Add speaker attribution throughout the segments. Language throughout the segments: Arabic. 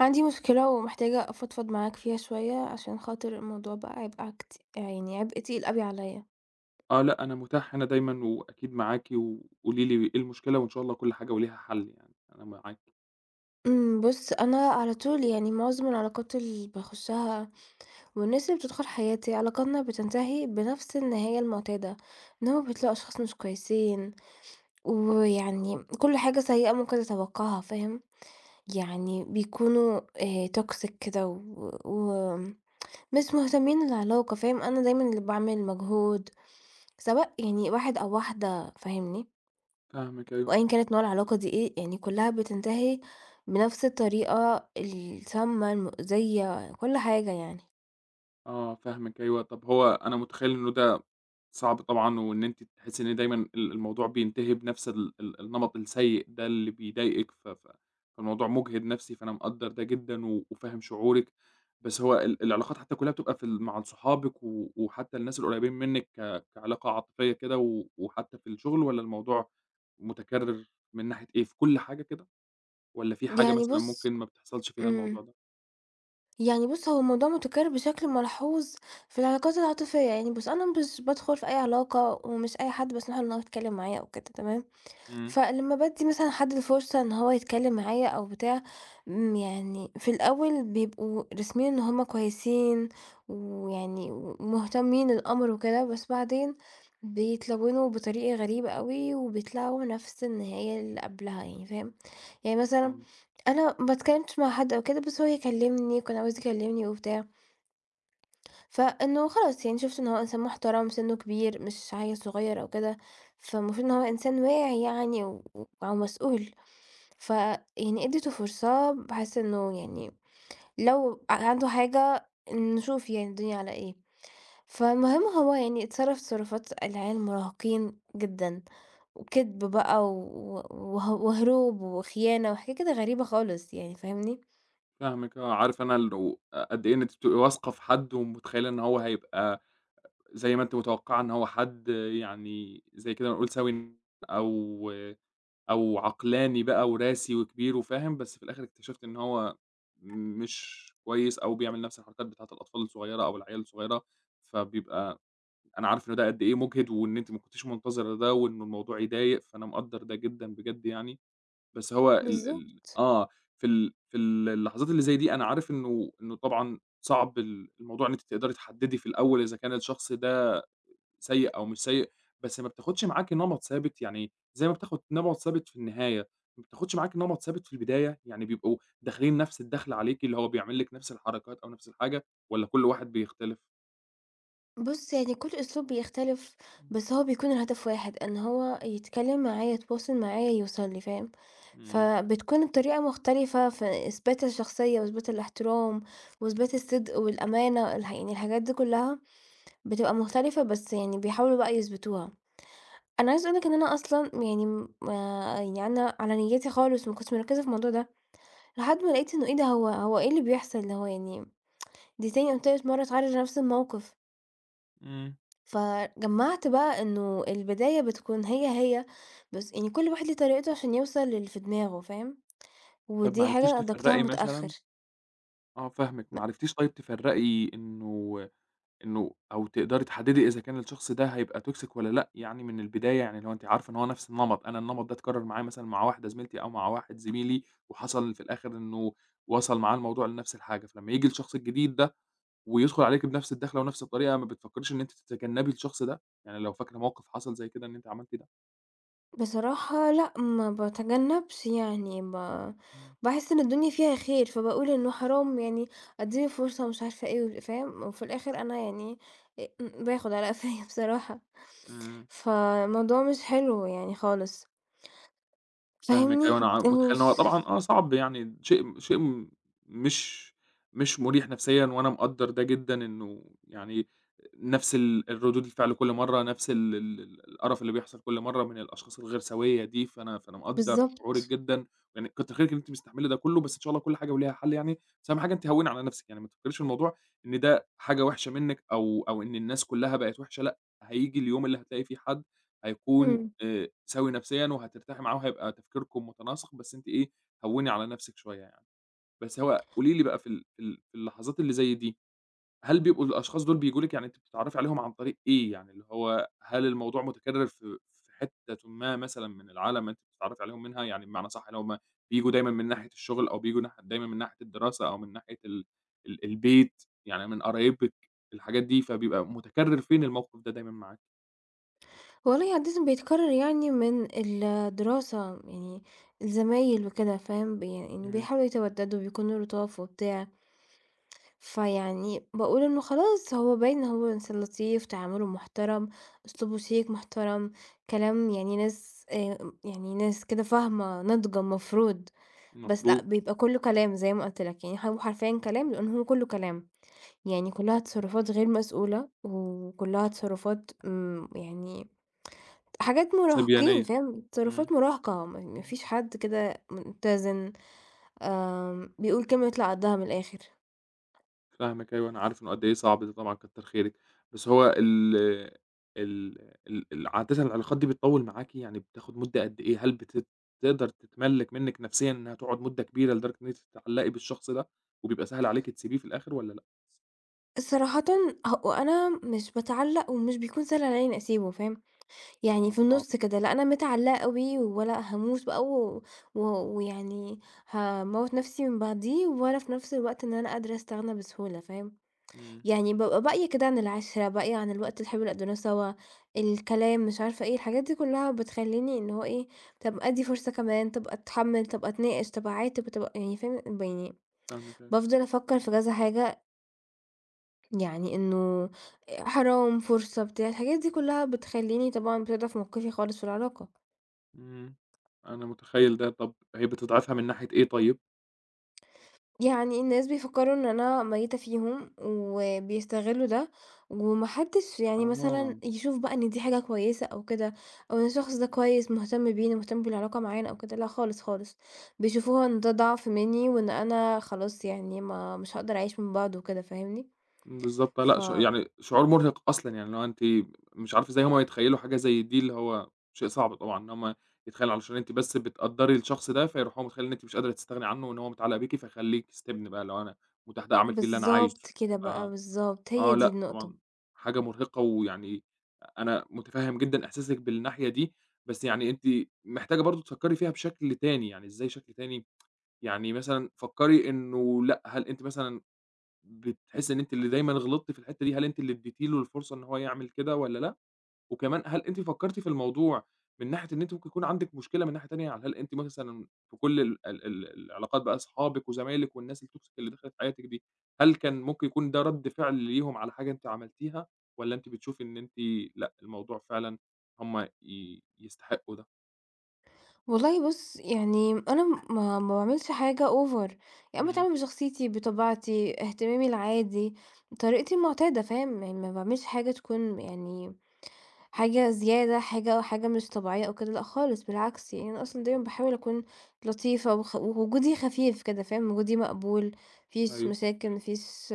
Speaker 1: عندي مشكلة ومحتاجة أفضفض معاك فيها شوية عشان خاطر الموضوع بقى عبء عكت- يعني عبء تقيل أوي عليا.
Speaker 2: آه، لأ، أنا متاح هنا دايمًا وأكيد معاكِ، وقولي لي إيه المشكلة وإن شاء الله كل حاجة وليها حل يعني، أنا معاكِ.
Speaker 1: بص، أنا على طول يعني معظم العلاقات اللي بخشها والناس اللي بتدخل حياتي علاقاتنا بتنتهي بنفس النهاية المعتادة، إن هما بيطلعوا أشخاص مش كويسين، ويعني كل حاجة سيئة ممكن تتوقعها فاهم. يعني بيكونوا توكسيك كده، و... مش مهتمين العلاقة فاهم، أنا دايمًا اللي باعمل مجهود، سواء يعني واحد أو واحدة فاهمني،
Speaker 2: فاهمِك أيوه،
Speaker 1: وأيًا
Speaker 2: آه.
Speaker 1: كانت نوع العلاقة دي إيه، يعني كلّها بتنتهي بنفس الطريقة السامة، المؤذية، كل حاجة يعني.
Speaker 2: آه، فاهمِك أيوه، طَب هو أنا متخيّل إنه ده صعب طبعًا، وإن أنتِ تحسّي إن دايمًا الموضوع بينتهي بنفْس ال ال النمط السيء ده اللي بيضايقِك، ف ف فالموضوع مُجهِد نفْسي، فأنا مقدّر ده جدًا وفاهم شعورِك، بس هو العلاقات حتى كلّها بتبقى في ال مع صحابِك وحتى الناس القريّبين منِّك كعلاقة عاطفية كده وحتى في الشغل والّا الموضوع متكرّر من ناحية إيه، في كل حاجة كده والّا في حاجة
Speaker 1: يعني
Speaker 2: مثلًا
Speaker 1: بُص،
Speaker 2: ممكن ما بتحصلش فيها الموضوع
Speaker 1: إمم،
Speaker 2: ده؟
Speaker 1: يعني بُص هو الموضوع متكرر بشكل ملحوظ في العلاقات العاطفية، يعني بُص أنا مش بادخل في أي علاقة ومش أي حد باسمح له إن هو يتكلم معايا أو كده تمام؟
Speaker 2: إمم،
Speaker 1: فلمّا بادّي مثلًا حد الفرصة إن هو يتكلّم معايا أو بتاع، يعني في الأول بيبقوا رسمين إن هُم كويسين، ويعني ومهتمين للأمر وكده، بس بعدين بيتلوّنوا بطريقة غريبة أوي، وبيطلعوا نفس النهاية اللي قبلها يعني فاهم؟ يعني مثلًا
Speaker 2: آه.
Speaker 1: أنا ما اتكلّمتش مع حد أو كده، بس هو يكلّمني وكان عاوز يكلّمني وبتاع، فإنه خلاص يعني شُفت إن هو إنسان محترم، سِنُّه كبير، مش عيّل صغير أو كده، فالمفروض إن هو إنسان واعي يعني و ومسؤول. ف يعني اديته فرصة بحيث إنه يعني لو عنده حاجة نشوف يعني الدنيا على إيه، فالمهم هو يعني اتصرف تصرفات العيال المراهقين جدًا، وكدب بقى و وه وهروب وخيانة وحاجات كده غريبة خالص يعني فاهمني؟
Speaker 2: فاهمِك آه، عارف أنا الو قد إيه إن أنتِ بتبقي واثقة في حد ومتخيّلة إن هو هيبقى زي ما أنتِ متوقّعة إن هو حد يعني زي كده نقول سوي أو عقلاني بقى وراسي وكبير وفاهم، بس في الآخر اكتشفت إن هو مش كويس أو بيعمل نَفْس الحركات بتاعة الأطفال الصغيّرة أو العيال الصغيّرة، فبيبقى أنا عارف إن ده قد إيه مُجهِد وإن أنتِ ما كنتيش منتظرة ده وإنه الموضوع يضايق، فأنا مقدّر ده جدًا بجد يعني. بس هو ال ال
Speaker 1: بالضبط.
Speaker 2: آه، في ال في ال اللحظات اللي زي دي أنا عارف إنه طبعًا صعب الموضوع إن أنتِ تقدري تحدّدي في الأول إذا كان الشخص ده سيء أو مش سيء، بس ما بتاخدش معاكِ نمَط ثابت، يعني زي ما بتاخد نمَط ثابت في النهاية، ما بتاخدش معاكِ نمَط ثابت في البداية؟ يعني بيبقوا داخلين نفس الدَخلة عليكِ، اللي هو بيعمل لِك نفس الحركات أو نفس الحاجة والّا كل واحد بيختلف؟
Speaker 1: بُص يعني كل أسلوب بيختلف، بس هو بيكون الهدف واحد، إن هو يتكلم معايا، يتواصل معايا، يوصل لي، فاهم؟
Speaker 2: إمم،
Speaker 1: فبتكون الطريقة مختلفة في إثبات الشخصية وإثبات الاحترام وإثبات الصدق والأمانة الحاجات دي كلّها بتبقى مختلفة، بس يعني بيحاولوا بقى يثبتوها. أنا عايزة أقول لك إن أنا أصلًا يعني م يعني أنا على نيّتي خالص ما كنتش مركّزة في الموضوع ده، لحد ما لقيت إنه إيه ده هو إيه اللي بيحصل، اللي هو يعني دي تاني أو تالت مرّة اتعرّض لنفس الموقف،
Speaker 2: إمم.
Speaker 1: فجمّعت بقى إنه البداية بتكون هي، بس يعني كل واحد ليه طريقته عشان يوصل للي في دماغه، فاهم؟
Speaker 2: طَب ما
Speaker 1: ودي
Speaker 2: عرفتيش
Speaker 1: حاجة أدركتها
Speaker 2: تفرّقي
Speaker 1: متأخّر.
Speaker 2: مثلًا
Speaker 1: م
Speaker 2: آه فاهمِك، ما عرفتيش طيب تفرّقي إنه أو تقدري تحددي إذا كان الشخص ده هيبقى toxic والّا لأ يعني من البداية، يعني لو أنتِ عارفة إن هو نفس النمط، أنا النمط ده اتكرر معايا مثلًا مع واحدة زميلتي أو مع واحد زميلي، وحصل في الآخر إنه وصل معاه الموضوع لنفس الحاجة، فلما ييجي الشخص الجديد ده ويدخل عليكِ بنفس الدخلة ونفس الطريقة، ما بتفكريش إن أنتِ تتجنبي الشخص ده؟ يعني لو فاكرة موقف حصل زي كده إن أنتِ عملتِ ده؟
Speaker 1: بصراحة لأ، ما باتجنبش يعني ب
Speaker 2: إمم.
Speaker 1: باحس إن الدنيا فيها خير، فباقول إنه حرام يعني أدّيله فرصة ومش عارفة إيه وال فاهم؟ وفي الآخر أنا يعني باخد على قفايا بصراحة،
Speaker 2: إمم.
Speaker 1: فالموضوع مش حلو يعني خالص،
Speaker 2: فاهمِك
Speaker 1: فاهمني؟
Speaker 2: أيوه، أنا ع متخيّل
Speaker 1: مش
Speaker 2: إن هو طبعًا آه صعب يعني شيء شيء م مش مش مُريح نفسيًا، وأنا مقدّر ده جدًا إنه يعني نفس الردود الفعل كل مرّة، نفس ال ال ال القرف اللي بيحصل كل مرّة من الأشخاص الغير سويّة دي، فأنا مقدّر شعورِك
Speaker 1: بالضبط،
Speaker 2: جدًا، يعني كتر خيرِك إن أنتِ مستحملة ده كلّه، بس إن شاء الله كل حاجة وليها حل يعني، بس أهم حاجة أنتِ هوّني على نفسِك، يعني ما تفكّريش في الموضوع إن ده حاجة وحشة منِّك أو إن الناس كلّها بقت وحشة، لأ، هييجي اليوم اللي هتلاقي فيه حد هيكون
Speaker 1: إمم،
Speaker 2: سَوِي نفسيًا وهترتاحي معاه وهيبقى تفكيركم متناسق، بس أنتِ إيه، هوّني على نفسِك شوية يعني. بس هو قولي لي بقى في ال في ال في اللحظات اللي زي دي، هل بيبقوا الأشخاص دول بييجوا لِك يعني أنتِ بتتعرّفي عليهم عن طريق إيه يعني، اللي هو هل الموضوع متكرر في حتةٍ ما مثلًا من العالم أنتِ بتتعرّفي عليهم منها؟ يعني بمعنى صح اللي هُم بييجوا دايمًا من ناحية الشغل أو بييجوا ناح دايمًا من ناحية الدراسة أو من ناحية ال البيت، يعني من قرايبِك، الحاجات دي، فبيبقى متكرر فين الموقف ده دايمًا معاكِ؟
Speaker 1: والله عادةً بيتكرر يعني من الدراسة يعني الزمايل وكده فاهم؟ يعني
Speaker 2: إمم.
Speaker 1: بيحاولوا يتودّدوا، بيكونوا لطاف وبتاع. فيعني باقول إنه خلاص هو باين إن هو إنسان لطيف، تعامله محترم، أسلوبه شيك محترم، كلام يعني ناس يعني ناس كده فاهمة، ناضجة المفروض، بس لأ،
Speaker 2: المفروض،
Speaker 1: بيبقى كلّه كلام زي ما قُلت لك، يعني هو حرفيًا
Speaker 2: آه،
Speaker 1: كلام لإن هو كلّه كلام، يعني كلّها تصرفات غير مسؤولة، وكلّها تصرفات يعني حاجات مراهقين
Speaker 2: سبيانية.
Speaker 1: فاهم،
Speaker 2: إمم،
Speaker 1: تصرفات مراهقة، ما
Speaker 2: إمم،
Speaker 1: فيش حد كده متزن، بيقول كلمة يطلع قدّها من الآخر.
Speaker 2: فاهمِك أيوه، أنا عارف إنه قد إيه صعب ده طبعًا كتّر خيرِك، بس هو ال ال ال ال عادةً العلاقات دي بتطوّل معاكِ يعني بتاخد مدة قد إيه؟ هل بت تقدر تتملّك منِّك نفسيًا إنها تقعد مدة كبيرة لدرجة إن أنتِ تتعلّقي بالشخص ده، وبيبقى سهل عليكِ تسيبيه في الآخر والّا لأ؟
Speaker 1: صراحةً هو أنا مش باتعلّق ومش بيكون سهل عليّا إنّي أسيبه فاهم، يعني
Speaker 2: آه
Speaker 1: في
Speaker 2: صعب
Speaker 1: النُص
Speaker 2: ده،
Speaker 1: كده، لا أنا متعلّقة أوي ولا هاموت بقى و و ويعني هاموّت نَفْسي من بعضيه، ولا في نَفْس الوقت إن أنا قادرة أستغنى بسهولة فاهم،
Speaker 2: إمم،
Speaker 1: يعني بابقى باقية كده عن العِشرة، باقية عن الوقت الحلو اللي قضّيناه سوا، الكلام مش عارفة إيه، الحاجات دي كلّها بتخلّيني إن هو إيه، طَب أدّي فرصة كمان، طَب أتحمّل، طَب أتناقش، طَب أعاتب، طَب يعني فاهم، يعني
Speaker 2: فاهمِك أيوه،
Speaker 1: بافضل أفكّر في كذا حاجة يعني إنه حرام، فرصة، بتاع، الحاجات دي كلّها بتخلّيني طبعًا بتضعف في موقفي خالص في العلاقة،
Speaker 2: إمم، أنا متخيّل ده، طَب هي بتضعفها من ناحية إيه طيب؟
Speaker 1: يعني الناس بيفكّروا إن أنا ميّتة فيهم وبيستغلّوا ده، وما حدّش يعني مثلًا
Speaker 2: آه.
Speaker 1: يشوف بقى إن دي حاجة كويسة أو كده، أو إن الشخص ده كويس مهتم بينا، مهتم بالعلاقة معانا أو كده، لأ خالص، خالص، بيشوفوها إن ده ضعف منّي وإن أنا خلاص يعني ما مش هاقدر أعيش من بعده وكده، فاهمني؟
Speaker 2: بالضبط،
Speaker 1: ف
Speaker 2: لأ ش يعني شعور مرهق أصلًا، يعني اللي هو أنتِ مش عارفة إزاي هُم يتخيّلوا حاجة زي دي، اللي هو شيء صعب طبعًا إن هُم يتخيّلوا علشان أنتِ بس بتقدّري الشخص ده، فيروحوا هو متخيّل إن أنتِ مش قادرة تستغني عنه وإن هو متعلق بيكِ، فيخلّيكِ استبن بقى، اللي هو أنا متاح ده أعمل فيه اللي أنا
Speaker 1: بالضبط
Speaker 2: عايزه.
Speaker 1: كده
Speaker 2: ف
Speaker 1: بقى، بالضبط، هي
Speaker 2: آه،
Speaker 1: دي
Speaker 2: لأ
Speaker 1: النقطة.
Speaker 2: طبعًا حاجة مرهقة، ويعني أنا متفهّم جدًا إحساسِك بالناحية دي، بس يعني أنتِ محتاجة برضه تفكّري فيها بشكل تاني، يعني إزاي شكل تاني؟ يعني مثلًا فكّري إنه لأ، هل أنتِ مثلًا بتحسي إن أنتِ اللي دايمًا غلطتِ في الحتّة دي، هل أنتِ اللي ادّيتِ له الفرصة إن هو يعمل كده والّا لأ؟ وكمان هل أنتِ فكّرتِ في الموضوع من ناحية إن أنتِ ممكن يكون عندِك مشكلة من ناحية تانية، يعني هل أنتِ مثلًا في كل ال ال ال العلاقات بقى أصحابِك وزمايلِك والناس الtoxic اللي دخلت حياتِك دي، هل كان ممكن يكون ده رَد فعل ليهم على حاجة أنتِ عملتيها والّا أنتِ بتشوفي إن أنتِ لأ، الموضوع فعلًا هم ي يستحقوا ده؟
Speaker 1: والله بُص، يعني أنا ما باعملش حاجة over، يعني
Speaker 2: إمم،
Speaker 1: باتعامل بشخصيتي، بطباعتي، اهتمامي العادي، طريقتي المعتادة، فاهم؟ يعني ما باعملش حاجة تكون يعني حاجة زيادة، حاجة مش طبيعية أو كده، لأ خالص بالعكس، يعني أنا أصلًا
Speaker 2: إمم،
Speaker 1: دايمًا باحاول أكون لطيفة ووجودي خفيف كده، فاهم؟ وجودي مقبول، ما فيش
Speaker 2: أيوه.
Speaker 1: مشاكل، ما فيش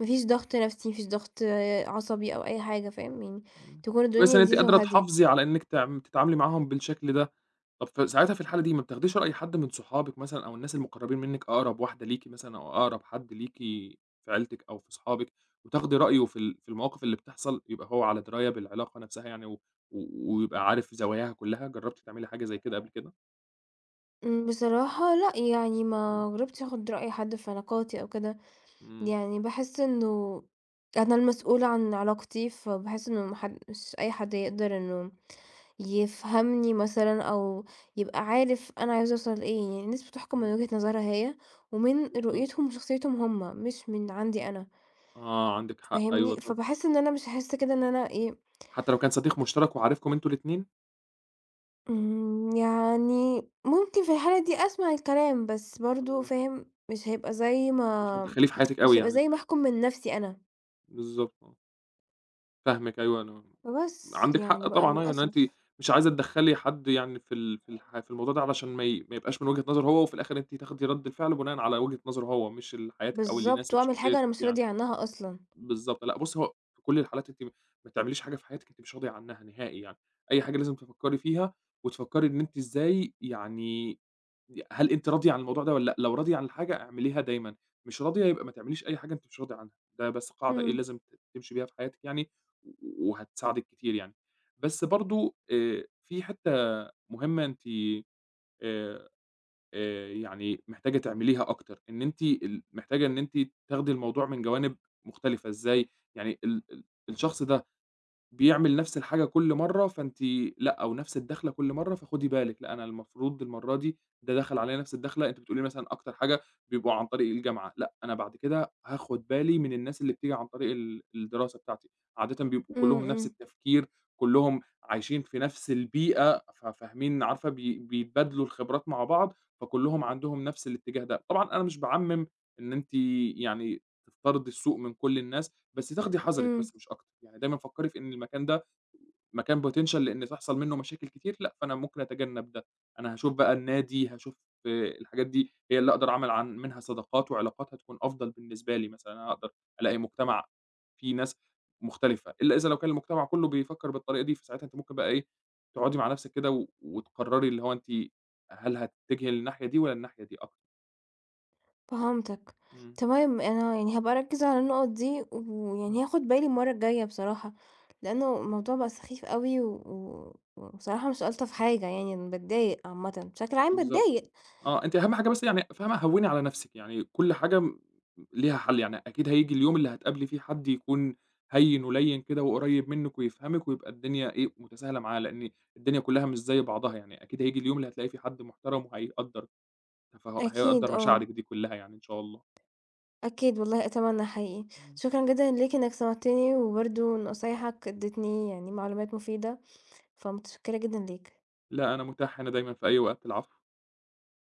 Speaker 1: ما فيش ضغط نفسي، ما فيش ضغط آه، عصبي أو أي حاجة، فاهم؟ يعني
Speaker 2: إمم.
Speaker 1: تكون
Speaker 2: كويس
Speaker 1: الدنيا
Speaker 2: إن أنتِ
Speaker 1: لذيذة
Speaker 2: قادرة
Speaker 1: وهادية.
Speaker 2: تحافظي على إنِّك تعم تتعاملي معاهم بالشكل ده. طب ف ساعتها في الحالة دي ما بتاخديش رأي حد من صحابِك مثلًا أو الناس المقرّبين منِّك، أقرب واحدة ليكِ مثلًا أو أقرب حد ليكِ في عيلتِك أو في صحابِك، وتاخدي رأيه في في المواقف اللي بتحصل، يبقى هو على دراية بالعلاقة نفسها يعني و و ويبقى عارف زواياها كلّها، جرّبتِ تعملي حاجة زي كده قبل كده؟
Speaker 1: بصراحة لأ، يعني
Speaker 2: إمم،
Speaker 1: ما جرّبتش آخُد رأي حد في علاقاتي أو كده،
Speaker 2: إمم،
Speaker 1: يعني باحس إنه أنا المسؤولة عن علاقتي، فباحس إنه ما حد مش أي حد يقدر إنه يفهمني مثلًا أو يبقى عارف أنا عايزة أوصل لإيه، يعني الناس بتحكُم
Speaker 2: إمم،
Speaker 1: من وجهة نظرها هي ومن
Speaker 2: بالضبط.
Speaker 1: رؤيتهم وشخصيتهم هم، مش من عندي أنا،
Speaker 2: آه، عندِك حق
Speaker 1: فاهمني؟
Speaker 2: أيوه طب
Speaker 1: فباحس إن أنا مش هاحس كده إن أنا إيه.
Speaker 2: حتى لو كان صديق مشترك وعارفكم أنتم الاتنين؟
Speaker 1: إمم، يعني ممكن في الحالة دي أسمع الكلام، بس برضه
Speaker 2: آه،
Speaker 1: فاهم، مش هيبقى زي
Speaker 2: مش
Speaker 1: ما
Speaker 2: هتدخّليه في حياتِك
Speaker 1: مش
Speaker 2: أوي
Speaker 1: هيبقى
Speaker 2: يعني
Speaker 1: زي ما
Speaker 2: الشخص
Speaker 1: أحكُم من نَفْسي أنا،
Speaker 2: بالضبط، آه. فاهمِك أيوه، أنا
Speaker 1: فبس
Speaker 2: عندِك
Speaker 1: يعني
Speaker 2: حق
Speaker 1: بقى
Speaker 2: طبعًا أيوه، إن أنتِ
Speaker 1: للأسف.
Speaker 2: مش عايزة تدخّلي حد يعني في ال في الح في الموضوع ده علشان ما يبقاش من وجهة نظره هو، وفي الآخر أنتِ تاخدي رَد الفعل بناءً على وجهة نظره هو، مش حياتِك أو اللي
Speaker 1: بالضبط،
Speaker 2: يناسب
Speaker 1: وأعمل حاجة
Speaker 2: شخصيتِك
Speaker 1: أنا مش
Speaker 2: يعني.
Speaker 1: راضية عنّها أصلًا.
Speaker 2: بالضبط، لأ بُصّي هو في كل الحالات أنتِ ما تعمليش حاجة في حياتِك أنتِ مش راضية عنها نهائي يعني، أي حاجة لازم تفكّري فيها وتفكّري إن أنتِ إزاي يعني هل أنتِ راضية عن الموضوع ده والّا لأ؟ لو راضية عن الحاجة اعمليها دايمًا، مش راضية يبقى ما تعمليش أي حاجة أنتِ مش راضية عنها، ده بس قاعدة إيه
Speaker 1: إمم،
Speaker 2: لازم تمشي بيها في حياتِك يعني وهتساعدِك كتير يعني. بس برضه في حتّة مهمة أنتِ آآ يعني محتاجة تعمليها أكتر، إن أنتِ ال محتاجة إن أنتِ تاخدي الموضوع من جوانب مختلفة، إزاي؟ يعني ال ال الشخص ده بيعمل نفس الحاجة كل مرّة، فأنتِ لأ، أو نفس الدخلة كل مرّة، فخدي بالِك، لأ أنا المفروض المرّة دي ده دخل عليَّ نفس الدخلة، أنتِ بتقولي لي مثلًا أكتر حاجة بيبقوا عن طريق الجامعة، لأ أنا بعد كده هاخد بالي من الناس اللي بتيجي عن طريق الدراسة بتاعتي، عادةً بيبقوا
Speaker 1: إمم،
Speaker 2: كلّهم نفس
Speaker 1: إمم،
Speaker 2: التفكير، كلّهم عايشين في نفس البيئة، ففاهمين عارفة بيتبادلوا الخبرات مع بعض، فكلّهم عندهم نفس الاتجاه ده، طبعًا أنا مش باعمم إن أنتِ يعني تفترضي السوء من كل الناس، بس تاخدي حذرِك
Speaker 1: إمم،
Speaker 2: بس مش أكتر، يعني دايمًا فكّري في إن المكان ده مكان potential لإن تحصل منّه مشاكل كتير، لأ، فأنا ممكن أتجنّب ده، أنا هاشوف بقى النادي، هاشوف الحاجات دي هي اللي أقدر أعمل عن منها صداقات وعلاقات هتكون أفضل بالنسبة لي مثلًا، أنا هاقدر ألاقي مجتمع فيه ناس مختلفة، إلا إذا لو كان المجتمع كلّه بيفكّر بالطريقة دي، فساعتها أنتِ ممكن بقى إيه، تقعدي مع نَفْسِك كده وتقرّري اللي هو أنتِ هل هتتجهي للناحية دي والّا الناحية دي أكتر.
Speaker 1: فهمتك.
Speaker 2: إمم.
Speaker 1: تمام، أنا يعني هابقى أركّز على النُقط دي، ويعني هاخُد بالي المَرّة الجاية بصراحة، لإنه الموضوع بقى سخيف أوي و و وبصراحة مش ألطف حاجة يعني، أنا باتضايق عامةً، بشكل عام
Speaker 2: بالضبط.
Speaker 1: باتضايق.
Speaker 2: آه، أنتِ أهم حاجة بس يعني فاهمة، هوّني على نَفْسِك، يعني كل حاجة م ليها حَل، يعني أكيد هييجي اليوم اللي هتقابلي فيه حد يكون هيّن ولَيِّن كده وقريّب منِّك ويفهمِك ويبقى الدنيا إيه، متساهلة معاه، لإن الدنيا كُلّها مش زي بعضها يعني، أكيد هييجي اليوم اللي هتلاقي فيه حد محترم وهيقدّر هيقدّر
Speaker 1: أكيد،
Speaker 2: آه.
Speaker 1: آه.
Speaker 2: مشاعرِك دي كُلّها يعني إن شاء الله.
Speaker 1: أكيد والله أتمنى حقيقي.
Speaker 2: إمم.
Speaker 1: شكرًا جدًا ليك إنك سمعتني، وبرضه نصايحك ادّتني يعني معلومات مفيدة، فمتشكرة جدًا ليك.
Speaker 2: لأ، أنا متاح هنا دايمًا في أي وقت، العفو.